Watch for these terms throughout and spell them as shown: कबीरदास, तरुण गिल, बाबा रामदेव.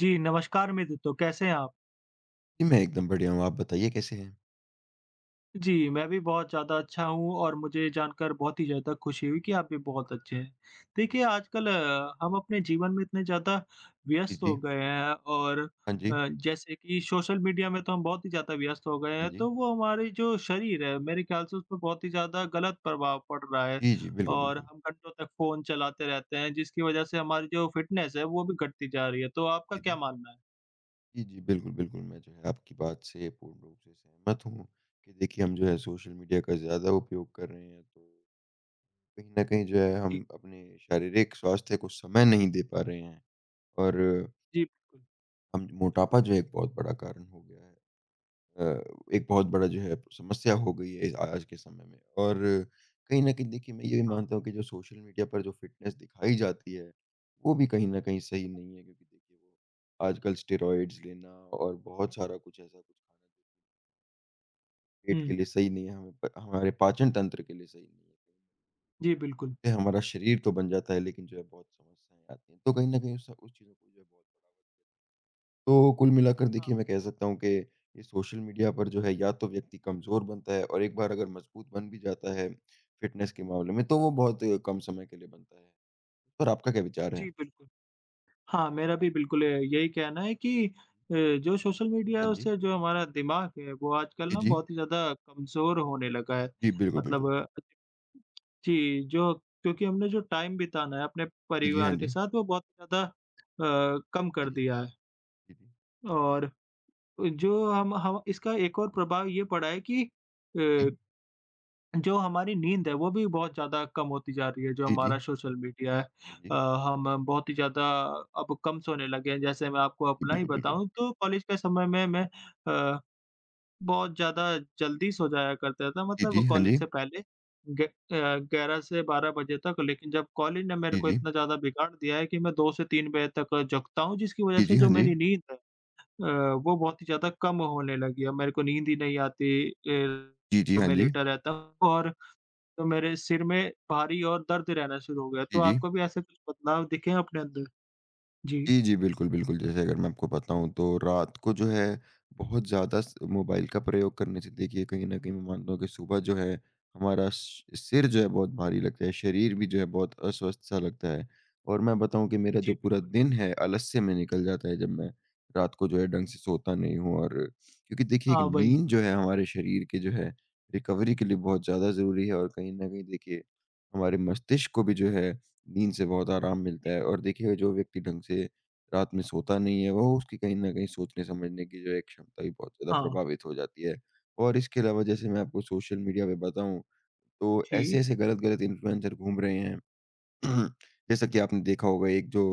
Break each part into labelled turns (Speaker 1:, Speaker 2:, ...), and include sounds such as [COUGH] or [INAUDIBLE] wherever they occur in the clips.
Speaker 1: जी, नमस्कार मित्र तो कैसे हैं आप?
Speaker 2: जी, मैं एकदम बढ़िया हूँ। आप बताइए कैसे हैं?
Speaker 1: जी, मैं भी बहुत ज़्यादा अच्छा हूँ और मुझे जानकर बहुत ही ज़्यादा खुशी हुई कि आप भी बहुत अच्छे हैं। देखिए आजकल हम अपने जीवन में इतने ज़्यादा
Speaker 2: जी,
Speaker 1: व्यस्त हो
Speaker 2: जी।
Speaker 1: गए हैं और
Speaker 2: हाँ जी,
Speaker 1: जैसे कि सोशल मीडिया में तो हम बहुत ही ज़्यादा व्यस्त हो गए
Speaker 2: हाँ
Speaker 1: हैं,
Speaker 2: जी।
Speaker 1: तो वो हमारे जो शरीर है मेरे ख्याल से उस पर बहुत ही ज़्यादा गलत प्रभाव पड़ रहा है
Speaker 2: जी, जी, बिल्कुल,
Speaker 1: और
Speaker 2: बिल्कुल।
Speaker 1: हम घंटों तक फ़ोन चलाते रहते हैं जिसकी वज़ह से हमारी जो फ़िटनेस है वो भी घटती जा रही है। तो आपका
Speaker 2: जी,
Speaker 1: क्या
Speaker 2: जी।
Speaker 1: मानना है?
Speaker 2: जी, जी, बिल्कुल, बिल्कुल। मैं जो है आपकी बात से पूर्ण रूप से सहमत हूँ कि देखिए हम जो है सोशल मीडिया का ज़्यादा उपयोग कर रहे हैं तो कहीं न कहीं जो है हम
Speaker 1: जी,
Speaker 2: अपने शारीरिक स्वास्थ्य को समय नहीं दे पा रहे हैं और
Speaker 1: जी, बिल्कुल।
Speaker 2: हम मोटापा जो है एक बहुत बड़ा कारण हो गया है। अ, एक बहुत बड़ा जो है समस्या हो गई है आज के समय में। और कहीं न कहीं देखिए मैं ये भी
Speaker 1: हाँ।
Speaker 2: मानता हूँ कि जो सोशल मीडिया पर जो फ़िटनेस दिखाई जाती है, वो भी कहीं न कहीं सही नहीं है क्योंकि देखिए वो आजकल स्टेरॉइड्स लेना और बहुत सारा कुछ ऐसा कुछ खाना जो पेट के
Speaker 1: हुँ।
Speaker 2: लिए सही नहीं है, हमें प हमारे पाचन तंत्र के लिए सही नहीं है।
Speaker 1: जी, बिल्कुल।
Speaker 2: ये हमारा शरीर तो बन जाता है लेकिन जो है बहुत समस्याएँ आती हैं। तो कहीं न कहीं उस चीज़ों को जो है बहुत बढ़ावा तो कुल मिलाकर देखिए
Speaker 1: हाँ,
Speaker 2: मैं कह सकता हूँ कि ये सोशल मीडिया पर जो है या तो व्यक्ति कमज़ोर बनता है और एक बार अगर मजबूत बन भी जाता है फिटनेस के मामले में तो वो बहुत कम समय के लिए बनता है। पर आपका क्या विचार है?
Speaker 1: जी, बिल्कुल। हाँ, मेरा भी बिल्कुल यही कहना है कि जो सोशल मीडिया है
Speaker 2: हाँ जी।
Speaker 1: उससे जो हमारा दिमाग है वो आजकल
Speaker 2: जी,
Speaker 1: ना
Speaker 2: जी।
Speaker 1: बहुत ही ज़्यादा कमज़ोर होने लगा है।
Speaker 2: जी, बिल्कुल, बिल्कुल।
Speaker 1: मतलब जी, जो क्योंकि हमने जो टाइम बिताना है अपने
Speaker 2: जी, जी, हाँ
Speaker 1: परिवार के
Speaker 2: जी।
Speaker 1: साथ वो बहुत ज़्यादा कम
Speaker 2: जी,
Speaker 1: कर
Speaker 2: जी,
Speaker 1: दिया है
Speaker 2: जी, जी।
Speaker 1: और जो हम इसका एक और प्रभाव ये पड़ा है कि अ जो हमारी नींद है, वो भी बहुत ज़्यादा कम होती जा रही है, जो
Speaker 2: जी, जी, जी।
Speaker 1: हमारा सोशल मीडिया है
Speaker 2: हाँ
Speaker 1: अ,
Speaker 2: जी।
Speaker 1: हम बहुत ही ज़्यादा अब कम सोने लगे हैं। जैसे मैं आपको
Speaker 2: जी, जी,
Speaker 1: अपना ही
Speaker 2: बिल्कुल, बिल्कुल।
Speaker 1: बताऊँ तो कॉलेज के समय में मैं अ, बहुत ज़्यादा जल्दी सो जाया करता था
Speaker 2: जी, जी,
Speaker 1: मतलब
Speaker 2: हाँ
Speaker 1: कॉलेज
Speaker 2: जी।
Speaker 1: से पहले ग 11 से 12 बजे तक लेकिन जब कॉलेज ने मेरे
Speaker 2: जी,
Speaker 1: को
Speaker 2: जी।
Speaker 1: इतना ज़्यादा बिगाड़ दिया है कि मैं 2 से 3 बजे तक जगता हूँ, जिसकी वज़ह
Speaker 2: जी, जी,
Speaker 1: से
Speaker 2: हाँ
Speaker 1: जो
Speaker 2: जी।
Speaker 1: मेरी नींद है अ, वो बहुत ही ज़्यादा कम होने लगी है। मेरे को नींद ही नहीं आती
Speaker 2: जी, जी,
Speaker 1: तो
Speaker 2: हाँ
Speaker 1: मैं
Speaker 2: जी।
Speaker 1: लेटा रहता हूँ और तो मेरे सिर में भारी और दर्द रहना शुरू हो गया।
Speaker 2: जी,
Speaker 1: तो
Speaker 2: जी।
Speaker 1: आपको भी ऐसे कुछ बदलाव दिखे हैं अपने अंदर? जी।
Speaker 2: जी, जी। बिल्कुल, बिल्कुल। जैसे अगर मैं आपको बताऊँ तो रात को जो है बहुत ज़्यादा स मोबाइल का प्रयोग करने से देखिए कहीं न कहीं मैं मानता हूँ कि सुबह जो है हमारा स सिर जो है बहुत भारी लगता है, शरीर भी जो है बहुत अस्वस्थ-सा लगता है। और मैं बताऊँ कि मेरा जो
Speaker 1: जी,
Speaker 2: पूरा
Speaker 1: बिल्कुल।
Speaker 2: दिन है आलस्य में निकल जाता है जब मैं रात को जो है ढंग से सोता नहीं हूँ और क्योंकि देखिए एक
Speaker 1: हाँ, वही।
Speaker 2: नींद जो है हमारे शरीर के जो है रिकवरी के लिए बहुत ज़्यादा ज़रूरी है और कहीं न कहीं देखिए हमारे मस्तिष्क को भी जो है नींद से बहुत आराम मिलता
Speaker 1: जी,
Speaker 2: है। और देखिए जो व्यक्ति ढंग से रात में सोता नहीं है, वो उसकी कहीं न कहीं सोचने-समझने की जो है क्षमता भी बहुत ज़्यादा
Speaker 1: हाँ।
Speaker 2: प्रभावित हो जाती है। और इसके अलावा जैसे मैं आपको सोशल मीडिया पे बताऊँ, तो
Speaker 1: जी,
Speaker 2: ऐसे-ऐसे गलत-गलत इन्फ्लुएंसर घूम रहे हैं। [CLEARS THROAT] जैसा कि आपने देखा होगा एक जो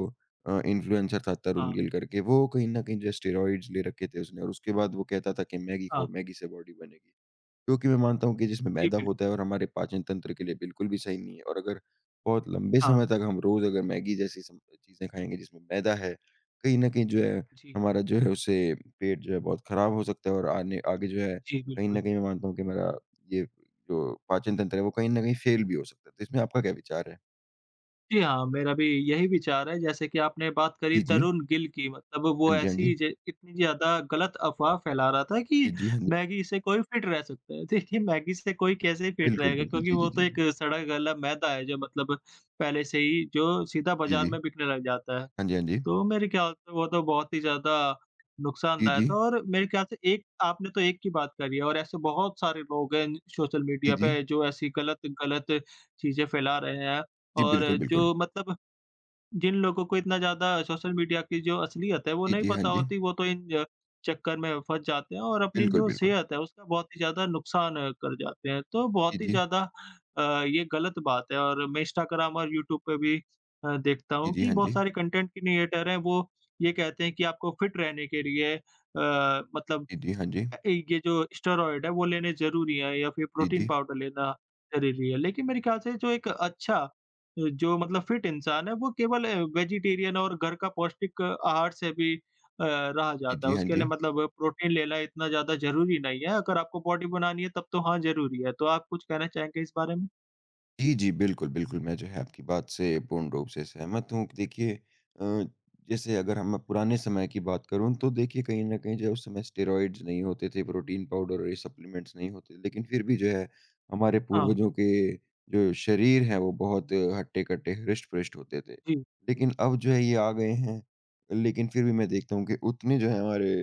Speaker 2: इन्फ्लुएंसर था तरुण
Speaker 1: हाँ,
Speaker 2: गिल करके, वो कहीं न कहीं जो है स्टेरॉइड्स ले रखे थे उसने और उसके बाद वो कहता था कि मैगी खाओ,
Speaker 1: हाँ।
Speaker 2: मैगी से बॉडी बनेगी। क्योंकि मैं मानता हूँ कि जिसमें
Speaker 1: जी,
Speaker 2: मैदा
Speaker 1: बिल्कुल।
Speaker 2: होता है और हमारे पाचन तंत्र के लिए बिल्कुल भी सही नहीं है और अगर बहुत लंबे समय
Speaker 1: हाँ।
Speaker 2: तक हम रोज़ अगर मैगी जैसी सम चीज़ें खाएँगे जिसमें मैदा है, कहीं न कहीं जो है
Speaker 1: जी,
Speaker 2: हमारा जो है उससे पेट जो है बहुत ख़राब हो सकता है और आने आगे जो है
Speaker 1: जी,
Speaker 2: कहीं न
Speaker 1: बिल्कुल।
Speaker 2: कहीं मैं मानता हूँ कि मेरा ये जो पाचन तंत्र है वो कहीं न कहीं फ़ेल भी हो सकता है। तो इसमें आपका क्या विचार है?
Speaker 1: जी हाँ, मेरा भी यही विचार है जैसे कि आपने बात करी
Speaker 2: जी, जी।
Speaker 1: तरुण गिल की मतलब वो
Speaker 2: हाँ जी, हाँ जी।
Speaker 1: ऐसी ज इतनी ज़्यादा गलत अफ़वाह फैला रहा था
Speaker 2: जी,
Speaker 1: कि
Speaker 2: जी, हाँ जी।
Speaker 1: मैगी से कोई फिट रह सकता है। देखिए मैगी से कोई कैसे फिट
Speaker 2: बिल्कुल,
Speaker 1: रहेगा
Speaker 2: बिल्कुल।
Speaker 1: क्योंकि
Speaker 2: जी, जी,
Speaker 1: वो तो
Speaker 2: जी।
Speaker 1: एक सड़ा गला मैदा है जो मतलब पहले से ही जो सीधा
Speaker 2: जी,
Speaker 1: बाज़ार
Speaker 2: जी।
Speaker 1: में बिकने लग जाता है।
Speaker 2: हाँ जी, हाँ जी।
Speaker 1: तो मेरे ख्याल से वो तो बहुत ही ज़्यादा
Speaker 2: जी,
Speaker 1: नुकसानदायक
Speaker 2: जी।
Speaker 1: था और मेरे ख्याल से एक आपने तो एक की बात करी है और ऐसे बहुत सारे लोग हैं सोशल
Speaker 2: जी,
Speaker 1: मीडिया
Speaker 2: जी।
Speaker 1: पे जो ऐसी गलत-गलत चीज़ें फैला रहे हैं
Speaker 2: जी,
Speaker 1: और
Speaker 2: बिल्कुल, बिल्कुल।
Speaker 1: जो मतलब जिन लोगों को इतना ज़्यादा सोशल मीडिया की जो असलियत है, वो
Speaker 2: जी,
Speaker 1: नहीं
Speaker 2: जी, हाँ
Speaker 1: पता
Speaker 2: जी।
Speaker 1: होती, वो तो इन ज चक्कर में फँस जाते हैं और अपनी
Speaker 2: बिल्कुल,
Speaker 1: जो
Speaker 2: बिल्कुल।
Speaker 1: सेहत है, उसका बहुत ही ज़्यादा नुकसान कर जाते हैं। तो
Speaker 2: जी,
Speaker 1: बहुत ही
Speaker 2: जी।
Speaker 1: ज़्यादा अ, ये गलत बात है और मैं इंस्टाग्राम और यूट्यूब पे भी देखता
Speaker 2: जी,
Speaker 1: हूँ
Speaker 2: जी,
Speaker 1: कि
Speaker 2: हाँ
Speaker 1: बहुत
Speaker 2: जी।
Speaker 1: सारे कंटेंट क्रिएटर हैं, वो ये कहते हैं कि आपको फिट रहने के लिए मतलब
Speaker 2: जी, जी, हाँ जी।
Speaker 1: ये जो स्टेरॉइड है वो लेने ज़रूरी है या फिर
Speaker 2: जी,
Speaker 1: प्रोटीन
Speaker 2: जी।
Speaker 1: पाउडर लेना ज़रूरी है। लेकिन मेरे ख़्याल से जो एक अच्छा जो मतलब फिट इंसान है वो केवल वेजिटेरियन और घर का पौष्टिक आहार से भी रहा
Speaker 2: जी,
Speaker 1: जाता
Speaker 2: जी,
Speaker 1: है।
Speaker 2: हाँ
Speaker 1: उसके लिए
Speaker 2: जी।
Speaker 1: मतलब प्रोटीन लेना इतना ज़्यादा ज़रूरी नहीं है। अगर आपको बॉडी बनानी है तब तो हाँ, ज़रूरी है। तो आप कुछ कहना चाहेंगे इस बारे में?
Speaker 2: जी, जी, बिल्कुल, बिल्कुल, मैं जो है आपकी बात से पूर्ण रूप से सहमत हूँ कि देखिए अ, जैसे अगर हम पुराने समय की बात करूँ तो देखिए कहीं न कहीं जो है उस समय स्टेरॉइड्स नहीं होते थे, प्रोटीन पाउडर और ये सप्लीमेंट्स नहीं होते, लेकिन फिर भी जो है हमारे
Speaker 1: हाँ,
Speaker 2: पूर्वजों के जो शरीर हैं वो बहुत हट्टे-कट्टे, हृष्ट-पुष्ट होते थे।
Speaker 1: जी।
Speaker 2: लेकिन अब जो है ये आ गए हैं, लेकिन फिर भी मैं देखता हूँ कि उतने जो है हमारे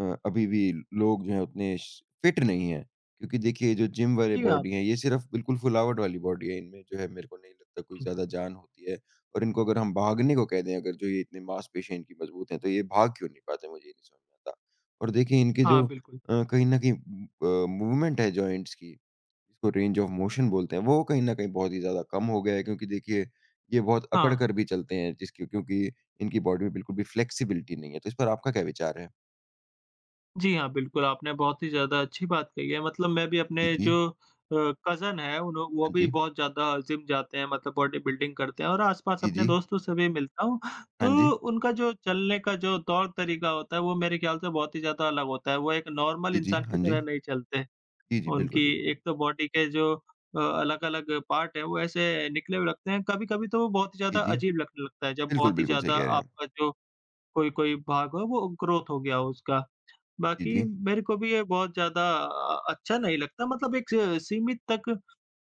Speaker 2: अभी भी लोग जो हैं उतने श फिट नहीं हैं। क्योंकि देखिए, ये जो जिम वाले
Speaker 1: जी, हाँ।
Speaker 2: बॉडी हैं, ये सिर्फ़ बिल्कुल फुलावट वाली बॉडी है। इनमें जो है मेरे को नहीं लगता कोई
Speaker 1: हुँ।
Speaker 2: ज़्यादा जान होती है और इनको अगर हम भागने को कह दें अगर जो ये इतने मांसपेशियाँ इनकी मज़बूत हैं, तो ये भाग क्यों नहीं पाते, मुझे ये नहीं समझ में आता। और देखिए इनके
Speaker 1: हाँ,
Speaker 2: जो
Speaker 1: बिल्कुल।
Speaker 2: कहीं न कहीं मूवमेंट है जॉइंट्स की, जिसको रेंज ऑफ मोशन बोलते हैं, वो कहीं न कहीं बहुत ही ज़्यादा कम हो गया है क्योंकि देखिए, ये बहुत अकड़
Speaker 1: हाँ।
Speaker 2: कर भी चलते हैं जिसकी क्योंकि इनकी बॉडी में बिल्कुल भी फ्लेक्सिबिलिटी नहीं है। तो इस पर आपका क्या विचार है?
Speaker 1: जी हाँ, बिल्कुल, आपने बहुत ही ज़्यादा अच्छी बात कही है। मतलब मैं भी अपने
Speaker 2: जी, जी।
Speaker 1: जो अ, कज़न है उन्हों वो
Speaker 2: हाँ
Speaker 1: भी
Speaker 2: जी।
Speaker 1: बहुत ज़्यादा जिम जाते हैं मतलब बॉडी बिल्डिंग करते हैं और आस-पास
Speaker 2: जी,
Speaker 1: अपने
Speaker 2: जी।
Speaker 1: दोस्तों से भी मिलता हूँ,
Speaker 2: हाँ
Speaker 1: तो
Speaker 2: जी।
Speaker 1: उनका जो चलने का जो तौर-तरीका होता है वो मेरे ख़्याल से बहुत ही ज़्यादा अलग होता है। वो एक नॉर्मल
Speaker 2: जी, जी।
Speaker 1: इंसान की
Speaker 2: हाँ जी।
Speaker 1: तरह नहीं चलते।
Speaker 2: जी, जी। बिल्कुल,
Speaker 1: उनकी
Speaker 2: बिल्कुल।
Speaker 1: एक तो बॉडी के जो अलग-अलग पार्ट हैं वो ऐसे निकले हुए लगते हैं, कभी-कभी तो वो बहुत ही
Speaker 2: जी,
Speaker 1: ज़्यादा
Speaker 2: जी।
Speaker 1: अजीब लगने लगता है जब
Speaker 2: बिल्कुल,
Speaker 1: बहुत ही
Speaker 2: बिल्कुल सही
Speaker 1: ज़्यादा
Speaker 2: कह रहे हैं आप।
Speaker 1: आपका जो कोई-कोई भाग हो वो ग्रोथ हो गया हो उसका।
Speaker 2: जी,
Speaker 1: बाकी
Speaker 2: जी।
Speaker 1: मेरे को भी ये बहुत ज़्यादा अच्छा नहीं लगता मतलब एक स सीमित तक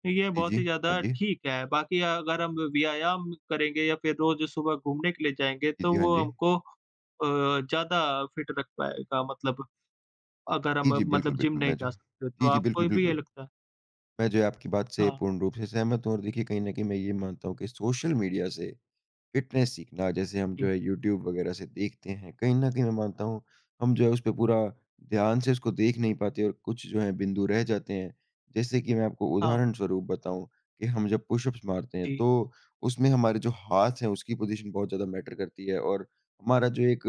Speaker 1: ये
Speaker 2: जी,
Speaker 1: बहुत
Speaker 2: जी।
Speaker 1: ही
Speaker 2: हाँ
Speaker 1: ज़्यादा
Speaker 2: जी।
Speaker 1: ठीक है। बाकी अगर हम व्यायाम करेंगे या फिर रोज़ सुबह घूमने के लिए जाएँगे
Speaker 2: जी,
Speaker 1: तो
Speaker 2: जी। हाँ
Speaker 1: वो
Speaker 2: जी।
Speaker 1: हमको ज़्यादा फिट रख पाएगा मतलब अगर
Speaker 2: जी,
Speaker 1: हम
Speaker 2: जी। बिल्कुल,
Speaker 1: मतलब जिम
Speaker 2: बिल्कुल।
Speaker 1: नहीं
Speaker 2: मैं जो
Speaker 1: जा सकते
Speaker 2: जी,
Speaker 1: तो
Speaker 2: जी। बिल्कुल,
Speaker 1: आपको भी ये
Speaker 2: बिल्कुल।
Speaker 1: लगता है?
Speaker 2: मैं जो है आपकी बात से
Speaker 1: हाँ,
Speaker 2: पूर्ण रूप से सहमत हूँ और देखिए कहीं न कहीं मैं ये मानता हूँ कि सोशल मीडिया से फिटनेस सीखना जैसे हम जो
Speaker 1: जी।
Speaker 2: है यूट्यूब वगैरह से देखते हैं, कहीं न कहीं मैं मानता हूँ, हम जो है उस पे पूरा ध्यान से उसको देख नहीं पाते और कुछ जो हैं बिंदु रह जाते हैं। जैसे कि मैं आपको
Speaker 1: हाँ,
Speaker 2: उदाहरण स्वरूप बताऊँ कि हम जब पुशअप्स मारते हैं
Speaker 1: जी।
Speaker 2: तो उसमें हमारे जो हाथ हैं उसकी पोज़ीशन बहुत ज़्यादा मैटर करती है और हमारा जो एक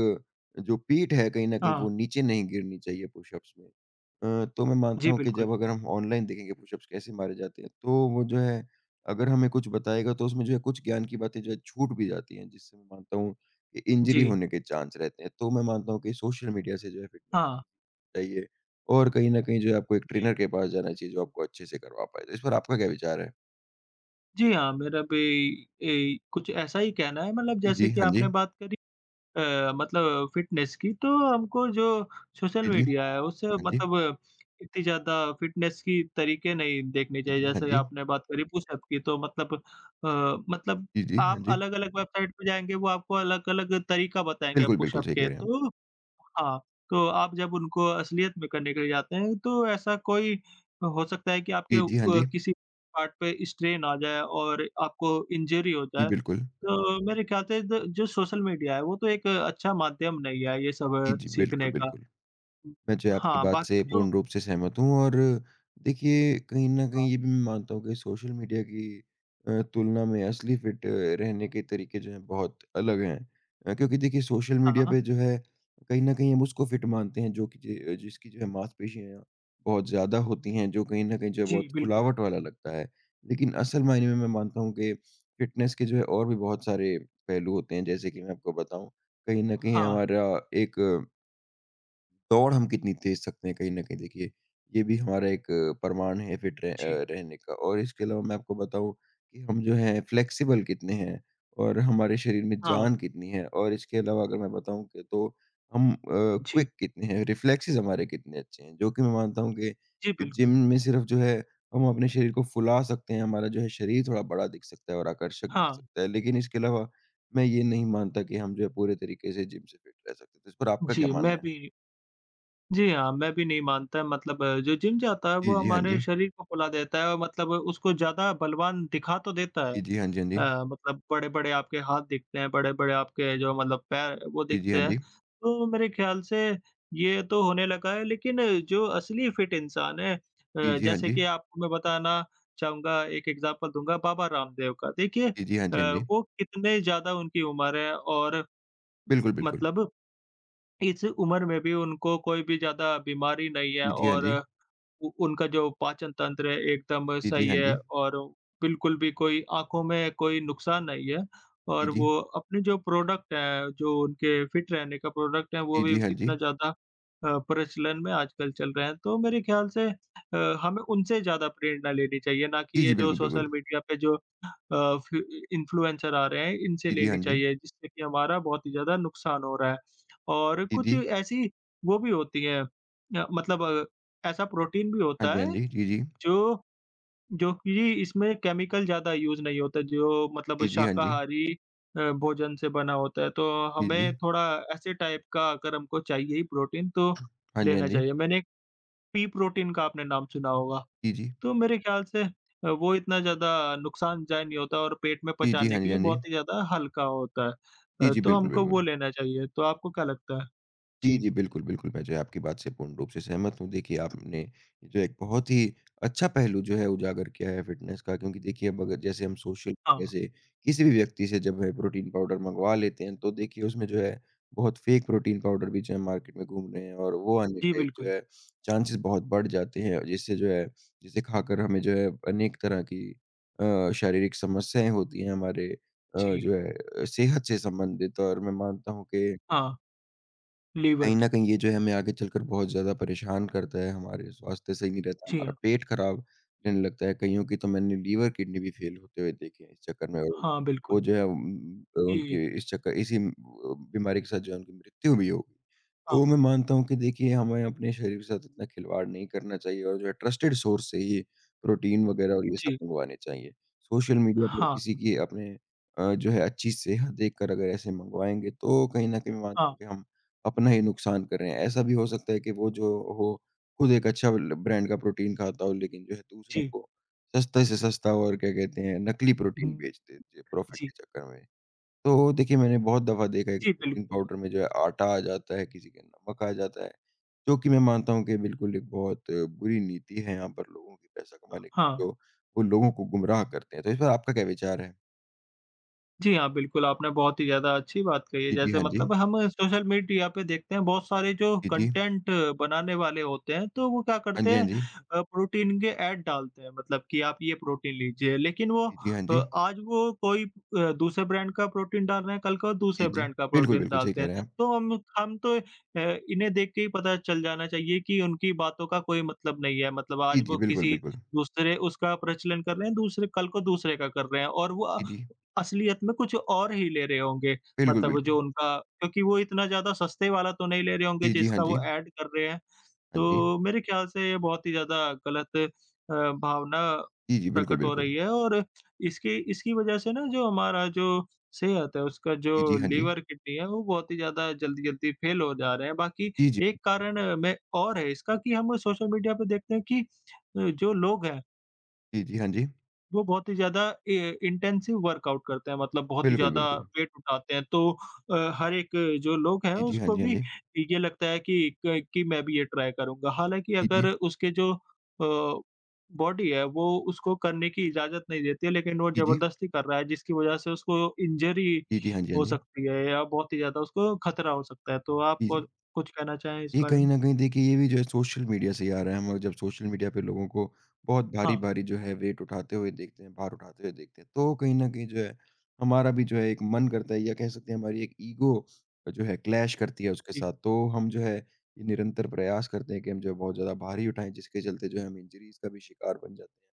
Speaker 2: जो पीठ है कहीं न कहीं
Speaker 1: हाँ,
Speaker 2: वो नीचे नहीं गिरनी चाहिए पुशअप्स में। तो मैं मानता
Speaker 1: जी
Speaker 2: हूँ कि
Speaker 1: बिल्कुल।
Speaker 2: जब अगर हम ऑनलाइन देखेंगे पुशअप्स कैसे मारे जाते हैं, तो वो जो है अगर हमें कुछ बताएगा तो उसमें जो है कुछ ज्ञान की बातें जो है छूट भी जाती हैं, जिससे मैं मानता हूँ कि इंजरी
Speaker 1: जी,
Speaker 2: होने के चांस रहते हैं। तो मैं मानता हूँ कि सोशल मीडिया से जो है फिटनेस
Speaker 1: हाँ,
Speaker 2: चाहिए और कहीं न कहीं जो है आपको एक
Speaker 1: जी।
Speaker 2: ट्रेनर के पास जाना चाहिए जो आपको अच्छे से करवा पाए। तो इस पर आपका क्या विचार है?
Speaker 1: जी हाँ, मेरा भी कुछ ऐसा ही कहना है मतलब
Speaker 2: जी,
Speaker 1: जैसे
Speaker 2: जी,
Speaker 1: कि
Speaker 2: हाँ जी।
Speaker 1: आपने बात करी मतलब फ़िटनेस की, तो हमको जो सोशल
Speaker 2: जी, जी,
Speaker 1: मीडिया है उससे
Speaker 2: हाँ जी।
Speaker 1: मतलब इतनी ज़्यादा फ़िटनेस की तरीके नहीं देखने
Speaker 2: जी,
Speaker 1: चाहिए।
Speaker 2: जी, हाँ
Speaker 1: जैसे
Speaker 2: जी।
Speaker 1: आपने बात करी पुशअप की तो मतलब मतलब
Speaker 2: जी, जी, हाँ
Speaker 1: आप
Speaker 2: जी।
Speaker 1: अलग-अलग वेबसाइट पे जाएँगे वो आपको अलग-अलग तरीका बताएँगे
Speaker 2: बिल्कुल, बिल्कुल
Speaker 1: पुशअप
Speaker 2: सही कह
Speaker 1: के
Speaker 2: रहे हैं आप।
Speaker 1: तो हाँ, तो आप जब उनको असलियत में करने के लिए जाते हैं तो ऐसा कोई हो सकता है कि आपके
Speaker 2: जी, जी, हाँ जी।
Speaker 1: किसी पार्ट पे स्ट्रेन आ जाए और आपको इंजरी हो
Speaker 2: जी,
Speaker 1: जाए।
Speaker 2: बिल्कुल।
Speaker 1: तो मेरे ख्याल से द जो सोशल मीडिया है, वो तो एक अच्छा माध्यम नहीं है ये
Speaker 2: जी,
Speaker 1: सब
Speaker 2: जी, बिल्कुल,
Speaker 1: सीखने का।
Speaker 2: बिल्कुल।
Speaker 1: हुँ,
Speaker 2: मैं जो है आपकी
Speaker 1: हाँ,
Speaker 2: बात
Speaker 1: बाकी
Speaker 2: से
Speaker 1: जो
Speaker 2: पूर्ण रूप से सहमत हूँ और देखिए कहीं न
Speaker 1: हाँ,
Speaker 2: कहीं ये भी मैं मानता हूँ कि सोशल मीडिया की तुलना में असली फ़िट रहने के तरीके जो हैं बहुत अलग हैं। क्योंकि देखिए सोशल मीडिया
Speaker 1: हाँ।
Speaker 2: पे जो है कहीं न कहीं हम उसको फ़िट मानते हैं जो कि जे जिसकी जो है मांसपेशियाँ बहुत ज़्यादा होती हैं, जो कहीं न कहीं जो है
Speaker 1: जी,
Speaker 2: बहुत
Speaker 1: बिल्कुल।
Speaker 2: फुलावट वाला लगता है। लेकिन असल मायने में मैं मानता हूँ कि फ़िटनेस के जो है और भी बहुत सारे पहलू होते हैं। जैसे कि मैं आपको बताऊँ, कहीं न कहीं
Speaker 1: हाँ,
Speaker 2: हमारा एक दौड़ हम कितनी तेज सकते हैं कहीं न कहीं देखिए, ये भी हमारा एक प्रमाण है
Speaker 1: जी।
Speaker 2: रहने का और इसके अलावा मैं आपको बताऊँ कि हम जो हैं फ्लेक्सिबल कितने हैं और हमारे शरीर में
Speaker 1: हाँ,
Speaker 2: जान कितनी है और इसके अलावा अगर मैं बताऊँ कि तो हम
Speaker 1: जी।
Speaker 2: क्विक कितने हैं, रिफ्लेक्सेस हमारे कितने अच्छे हैं, जो कि मैं मानता हूँ कि
Speaker 1: जी,
Speaker 2: जिम
Speaker 1: बिल्कुल।
Speaker 2: में सिर्फ़ जो है हम अपने शरीर को फुला सकते हैं, हमारा जो है शरीर थोड़ा बड़ा दिख सकता है और आकर्षक दिख
Speaker 1: हाँ,
Speaker 2: सकता है, लेकिन इसके अलावा मैं ये नहीं मानता कि हम जो है पूरे तरीके से जिम से फिट रह सकते हैं, तो इस पर आपका क्या
Speaker 1: जी,
Speaker 2: मानना
Speaker 1: मैं
Speaker 2: है?
Speaker 1: भी जी हाँ, मैं भी नहीं मानता मतलब जो जिम जाता है
Speaker 2: जी,
Speaker 1: वो
Speaker 2: जी, हाँ
Speaker 1: हमारे
Speaker 2: जी।
Speaker 1: शरीर को फुला देता है और मतलब उसको ज़्यादा बलवान दिखा तो देता है।
Speaker 2: जी, जी, हाँ जी, हाँ जी।
Speaker 1: मतलब बड़े-बड़े आपके हाथ दिखते हैं, बड़े-बड़े आपके जो मतलब पैर वो
Speaker 2: जी, जी,
Speaker 1: दिखते
Speaker 2: हाँ
Speaker 1: हैं।
Speaker 2: जी।
Speaker 1: तो मेरे ख्याल से ये तो होने लगा है लेकिन जो असली फिट इंसान है
Speaker 2: जी, जी, हाँ
Speaker 1: जैसे
Speaker 2: जी।
Speaker 1: कि आपको मैं बताना चाहूँगा एक एग्ज़ाम्पल दूँगा बाबा रामदेव का। देखिए
Speaker 2: जी, जी, हाँ जी, हाँ जी।
Speaker 1: वो कितने ज़्यादा उनकी उम्र है और
Speaker 2: बिल्कुल, बिल्कुल।
Speaker 1: मतलब इस उम्र में भी उनको कोई भी ज़्यादा बीमारी नहीं है
Speaker 2: जी, जी, हाँ
Speaker 1: और
Speaker 2: जी।
Speaker 1: उ उनका जो पाचन तंत्र है एकदम
Speaker 2: जी, जी,
Speaker 1: सही
Speaker 2: हाँ
Speaker 1: है
Speaker 2: जी।
Speaker 1: और बिल्कुल भी कोई आँखों में कोई नुकसान नहीं है
Speaker 2: जी,
Speaker 1: और
Speaker 2: जी।
Speaker 1: वो अपने जो प्रोडक्ट है, जो उनके फिट रहने का प्रोडक्ट है, वो
Speaker 2: जी,
Speaker 1: भी
Speaker 2: जी, हाँ जी।
Speaker 1: इतना ज़्यादा प्रचलन में आजकल चल रहे हैं। तो मेरे ख्याल से हमें उनसे ज़्यादा प्रेरणा लेनी चाहिए, ना
Speaker 2: जी,
Speaker 1: कि
Speaker 2: जी,
Speaker 1: ये जो
Speaker 2: बिल्कुल, बिल्कुल।
Speaker 1: सोशल मीडिया पे जो अ, फ़ि इन्फ्लुएंसर आ रहे हैं, इनसे
Speaker 2: जी, जी, हाँ
Speaker 1: लेनी
Speaker 2: जी।
Speaker 1: चाहिए, जिससे कि हमारा बहुत ही ज़्यादा नुकसान हो रहा है। और
Speaker 2: जी,
Speaker 1: कुछ
Speaker 2: जी।
Speaker 1: ऐसी वो भी होती हैं मतलब ऐसा प्रोटीन भी
Speaker 2: हाँ
Speaker 1: होता
Speaker 2: जी, हाँ
Speaker 1: है
Speaker 2: जी। जी, जी।
Speaker 1: जो जो कि इसमें केमिकल ज़्यादा यूज़ नहीं होता जो मतलब
Speaker 2: जी, जी, हाँ जी।
Speaker 1: शाकाहारी भोजन से बना होता है। तो
Speaker 2: जी, जी।
Speaker 1: हमें थोड़ा ऐसे टाइप का अगर हमको चाहिए ही प्रोटीन तो
Speaker 2: हाँ जी, हाँ
Speaker 1: लेना
Speaker 2: जी।
Speaker 1: चाहिए। मैंने एक पी प्रोटीन का आपने नाम सुना होगा।
Speaker 2: जी, जी।
Speaker 1: तो मेरे ख्याल से वो इतना ज़्यादा नुकसानदायक नहीं होता और पेट में
Speaker 2: जी, जी,
Speaker 1: पचाने
Speaker 2: हाँ
Speaker 1: के
Speaker 2: जी,
Speaker 1: लिए
Speaker 2: हाँ जी।
Speaker 1: बहुत ही ज़्यादा हल्का होता है।
Speaker 2: जी, जी,
Speaker 1: तो हुँ।
Speaker 2: बिल्कुल,
Speaker 1: हमको वो
Speaker 2: बिल्कुल।
Speaker 1: लेना चाहिए। तो आपको क्या लगता है?
Speaker 2: जी,
Speaker 1: जी,
Speaker 2: जी। बिल्कुल, बिल्कुल, मैं जो है आपकी बात से पूर्ण रूप से सहमत हूँ। देखिए, आपने जो एक बहुत ही अच्छा पहलू जो है उजागर किया है फ़िटनेस का क्योंकि देखिए अब अगर जैसे हम सोशल मीडिया
Speaker 1: हाँ।
Speaker 2: से किसी भी व्यक्ति से जब है प्रोटीन पाउडर मँगवा लेते हैं, तो देखिए उसमें जो है बहुत फ़ेक प्रोटीन पाउडर भी जो है मार्केट में घूम रहे हैं और वो आने
Speaker 1: जी,
Speaker 2: का एक जो
Speaker 1: बिल्कुल।
Speaker 2: है चांसेस बहुत बढ़ जाते हैं। जिससे जो है जिसे खाकर हमें जो है अनेक तरह की शारीरिक समस्याएँ होती हैं हमारे
Speaker 1: जी,
Speaker 2: जो है सेहत से संबंधित और मैं मानता हूँ कि
Speaker 1: हाँ।
Speaker 2: कहीं
Speaker 1: लीवर।
Speaker 2: न कहीं ये जो है हमें आगे चलकर बहुत ज़्यादा परेशान करता है, हमारे स्वास्थ्य सही नहीं रहता,
Speaker 1: जी
Speaker 2: हमारा
Speaker 1: हाँ।
Speaker 2: पेट खराब रहने लगता है, कइयों की तो मैंने लीवर, किडनी भी फेल होते हुए देखे हैं इस चक्कर में और
Speaker 1: हाँ,
Speaker 2: वो
Speaker 1: बिल्कुल।
Speaker 2: जो है
Speaker 1: जी,
Speaker 2: उनके इस चक्कर इसी बीमारी के साथ जो है उनकी मृत्यु भी हो गई।
Speaker 1: हाँ,
Speaker 2: तो मैं मानता हूँ कि देखिए हमें अपने शरीर के साथ इतना खिलवाड़ नहीं करना चाहिए और जो है ट्रस्टेड सोर्स से ही प्रोटीन वगैरह और ये सब
Speaker 1: जी,
Speaker 2: मँगवाने चाहिए। सोशल मीडिया पर
Speaker 1: हाँ,
Speaker 2: किसी की अपने जो है अच्छी सेहत देखकर अगर ऐसे मँगवाएँगे तो कहीं न कहीं मैं मानता
Speaker 1: हाँ,
Speaker 2: हूँ कि हम अपना ही नुकसान कर रहे हैं। ऐसा भी हो सकता है कि वो जो हो, खुद एक अच्छा ल ब्रांड का प्रोटीन खाता हो लेकिन जो है दूसरों
Speaker 1: जी।
Speaker 2: को सस्ते से सस्ता और क्या कहते हैं, नकली प्रोटीन बेच देते प्रॉफ़िट के
Speaker 1: जी,
Speaker 2: चक्कर में। तो देखिए मैंने बहुत दफ़ा देखा है कि
Speaker 1: जी,
Speaker 2: प्रोटीन
Speaker 1: बिल्कुल,
Speaker 2: पाउडर में जो है आटा आ जाता है, किसी के नमक आ जाता है, जो कि मैं मानता हूँ कि बिल्कुल एक बहुत बुरी नीति है यहाँ पर लोगों की पैसा कमाने की,
Speaker 1: हाँ।
Speaker 2: जो वो लोगों को गुमराह करते हैं। तो इस पर आपका क्या विचार है?
Speaker 1: जी हाँ, बिल्कुल, आपने बहुत ही ज़्यादा अच्छी बात कही है।
Speaker 2: जी, जी।
Speaker 1: जैसे
Speaker 2: हाँ जी।
Speaker 1: मतलब हम सोशल मीडिया पे देखते हैं बहुत सारे जो
Speaker 2: जी, जी।
Speaker 1: कंटेंट बनाने वाले होते हैं, तो वो क्या
Speaker 2: हाँ जी,
Speaker 1: करते
Speaker 2: हाँ
Speaker 1: हैं
Speaker 2: जी।
Speaker 1: प्रोटीन के ऐड डालते हैं मतलब कि आप ये प्रोटीन लीजिए, लेकिन वो
Speaker 2: जी, जी। हाँ जी।
Speaker 1: आज वो कोई दूसरे ब्रांड का प्रोटीन डाल रहे हैं, कल को
Speaker 2: जी,
Speaker 1: दूसरे
Speaker 2: जी।
Speaker 1: ब्रांड का
Speaker 2: बिल्कुल,
Speaker 1: प्रोटीन
Speaker 2: बिल्कुल सही
Speaker 1: डालते
Speaker 2: कह
Speaker 1: हैं।
Speaker 2: रहे हैं आप।
Speaker 1: तो हम तो इन्हें देख के ही पता चल जाना चाहिए कि उनकी बातों का कोई मतलब नहीं है। मतलब
Speaker 2: जी,
Speaker 1: आज
Speaker 2: जी,
Speaker 1: वो
Speaker 2: बिल्कुल,
Speaker 1: किसी
Speaker 2: बिल्कुल।
Speaker 1: दूसरे उसका प्रचलन कर रहे हैं, दूसरे कल को दूसरे का कर रहे हैं और वो
Speaker 2: जी, जी।
Speaker 1: असलियत में कुछ और ही ले रहे होंगे,
Speaker 2: बिल्कुल,
Speaker 1: मतलब
Speaker 2: बिल्कुल।
Speaker 1: जो उनका क्योंकि वो इतना ज़्यादा सस्ते वाला तो नहीं ले रहे होंगे
Speaker 2: जी, जी, हाँ
Speaker 1: जिसका
Speaker 2: जी।
Speaker 1: वो ऐड कर रहे हैं।
Speaker 2: हाँ जी।
Speaker 1: तो मेरे ख्याल से ये बहुत ही ज़्यादा गलत भावना
Speaker 2: जी, जी, बिल्कुल,
Speaker 1: प्रकट हो
Speaker 2: बिल्कुल।
Speaker 1: रही है और इसकी इसकी वज़ह से ना जो हमारा जो सेहत है, उसका जो
Speaker 2: जी, जी, हाँ जी।
Speaker 1: लीवर, किडनी है वो बहुत ही ज़्यादा जल्दी-जल्दी फेल हो जा रहे हैं। बाकी
Speaker 2: जी, जी।
Speaker 1: एक कारण मैं और है इसका कि हम सोशल मीडिया पे देखते हैं कि जो लोग हैं
Speaker 2: जी, जी, हाँ जी।
Speaker 1: वो बहुत ही ज़्यादा इ इंटेंसिव वर्कआउट करते हैं मतलब बहुत ही
Speaker 2: बिल्कुल,
Speaker 1: ज़्यादा
Speaker 2: बिल्कुल।
Speaker 1: वेट उठाते हैं तो हर एक जो लोग हैं
Speaker 2: जी, जी, हाँ
Speaker 1: उसको
Speaker 2: जी, हाँ
Speaker 1: भी
Speaker 2: जी।
Speaker 1: ये लगता है कि क कि मैं भी ये ट्राई करूँगा। हालाँकि
Speaker 2: जी, जी।
Speaker 1: अगर उसके जो बॉडी है वो उसको करने की इजाज़त नहीं देती है लेकिन वो
Speaker 2: जी, जी।
Speaker 1: ज़बरदस्ती कर रहा है जिसकी वज़ह से उसको इंजरी
Speaker 2: जी, जी, हाँ जी, हाँ
Speaker 1: हो
Speaker 2: जी।
Speaker 1: सकती है या बहुत ही ज़्यादा उसको खतरा हो सकता है। तो आप
Speaker 2: जी,
Speaker 1: को
Speaker 2: जी।
Speaker 1: कुछ कहना चाहें इस
Speaker 2: ये
Speaker 1: बारे
Speaker 2: कहीं
Speaker 1: में?
Speaker 2: न कहीं देखिए ये भी जो है सोशल मीडिया से ही आ रहा है। हम जब सोशल मीडिया पे लोगों को बहुत
Speaker 1: हाँ,
Speaker 2: भारी-भारी जो है वेट उठाते हुए देखते हैं, भार उठाते हुए देखते हैं, तो कहीं न कहीं जो है हमारा भी जो है एक मन करता है या कह सकते हैं हमारी एक ईगो जो है क्लैश करती है उसके
Speaker 1: जी।
Speaker 2: साथ। तो हम जो है ये निरंतर प्रयास करते हैं कि हम जो है बहुत ज़्यादा भारी उठाएँ जिसके चलते जो है हम इंजरीज़ का भी शिकार बन जाते हैं।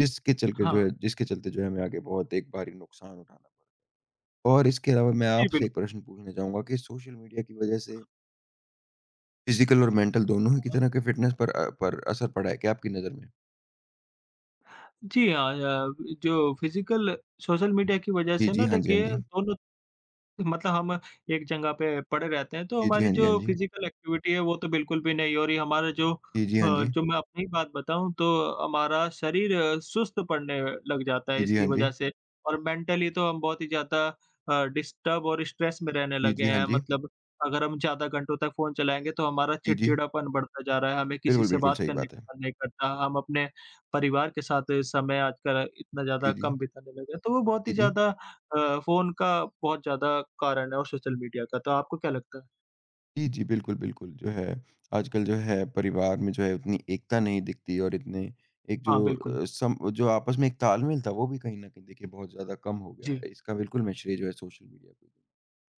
Speaker 1: हाँ,
Speaker 2: जिसके चलते जो है हमें आगे बहुत एक भारी नुकसान उठाना पड़ा। और इसके अलावा मैं
Speaker 1: जी
Speaker 2: आपसे एक
Speaker 1: बिल्कुल।
Speaker 2: प्रश्न पूछना चाहूँगा कि सोशल मीडिया की वज़ह से फिज़िकल और मेंटल दोनों ही की तरह के फ़िटनेस पर पर असर पड़ा है क्या आपकी नज़र में?
Speaker 1: जी हाँ, जो फिज़िकल सोशल मीडिया की वजह
Speaker 2: जी,
Speaker 1: से
Speaker 2: जी।
Speaker 1: ना
Speaker 2: हाँ जी, हाँ
Speaker 1: देखिए
Speaker 2: जी।
Speaker 1: दोनों मतलब हम एक जगह पे पड़े रहते हैं, तो
Speaker 2: जी, जी।
Speaker 1: हमारी
Speaker 2: हाँ जी, हाँ
Speaker 1: जो
Speaker 2: जी।
Speaker 1: फिज़िकल एक्टिविटी है वो तो बिल्कुल भी नहीं हो रही। हमारा जो
Speaker 2: जी, जी। हाँ जी।
Speaker 1: जो मैं अपनी बात बताऊँ तो हमारा शरीर सुस्त पड़ने लग जाता है
Speaker 2: जी, जी।
Speaker 1: इसकी
Speaker 2: हाँ जी।
Speaker 1: वज़ह से और मेंटली तो हम बहुत ही ज़्यादा डिस्टर्ब और स्ट्रेस में रहने
Speaker 2: जी,
Speaker 1: लगे
Speaker 2: जी। हाँ
Speaker 1: हैं।
Speaker 2: जी।
Speaker 1: मतलब अगर हम ज़्यादा घंटों तक फ़ोन चलाएँगे तो हमारा
Speaker 2: जी, जी।
Speaker 1: चिड़चिड़ापन बढ़ता जा रहा है, हमें किसी
Speaker 2: बिल्कुल,
Speaker 1: से
Speaker 2: बिल्कुल
Speaker 1: बात
Speaker 2: सही
Speaker 1: करने
Speaker 2: बात
Speaker 1: का
Speaker 2: है।
Speaker 1: मन नहीं करता, हम अपने परिवार के साथ समय आजकल इतना
Speaker 2: जी,
Speaker 1: ज़्यादा
Speaker 2: जी।
Speaker 1: कम बिताने लगे हैं। तो वो बहुत
Speaker 2: जी,
Speaker 1: ही
Speaker 2: जी।
Speaker 1: ज़्यादा फ़ोन का बहुत ज़्यादा कारण है और सोशल मीडिया का, तो आपको क्या लगता है?
Speaker 2: जी, जी। बिल्कुल, बिल्कुल जो है आजकल जो है परिवार में जो है उतनी एकता नहीं दिखती और इतने एक जो
Speaker 1: हाँ, बिल्कुल।
Speaker 2: अ, सम जो आपस में एक तालमेल था वो भी कहीं न कहीं देखिए बहुत ज़्यादा कम हो गया
Speaker 1: जी।
Speaker 2: है। इसका बिल्कुल मैं श्रेय जो है सोशल मीडिया को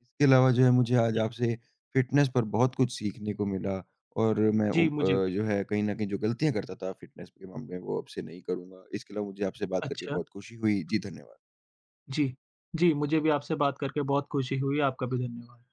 Speaker 2: इसके अलावा जो है मुझे आज
Speaker 1: हुँ,
Speaker 2: आपसे फ़िटनेस पर बहुत कुछ सीखने को मिला और मैं
Speaker 1: जी, मुझे भी।
Speaker 2: जो है कहीं न कहीं जो गलतियाँ करता था फ़िटनेस के मामले में वो अब से नहीं करूँगा। इसके अलावा मुझे आपसे बात करके
Speaker 1: अच्छा।
Speaker 2: बहुत खुशी हुई। जी, धन्यवाद।
Speaker 1: जी। जी, मुझे भी आपसे बात करके बहुत खुशी हुई। आपका भी धन्यवाद।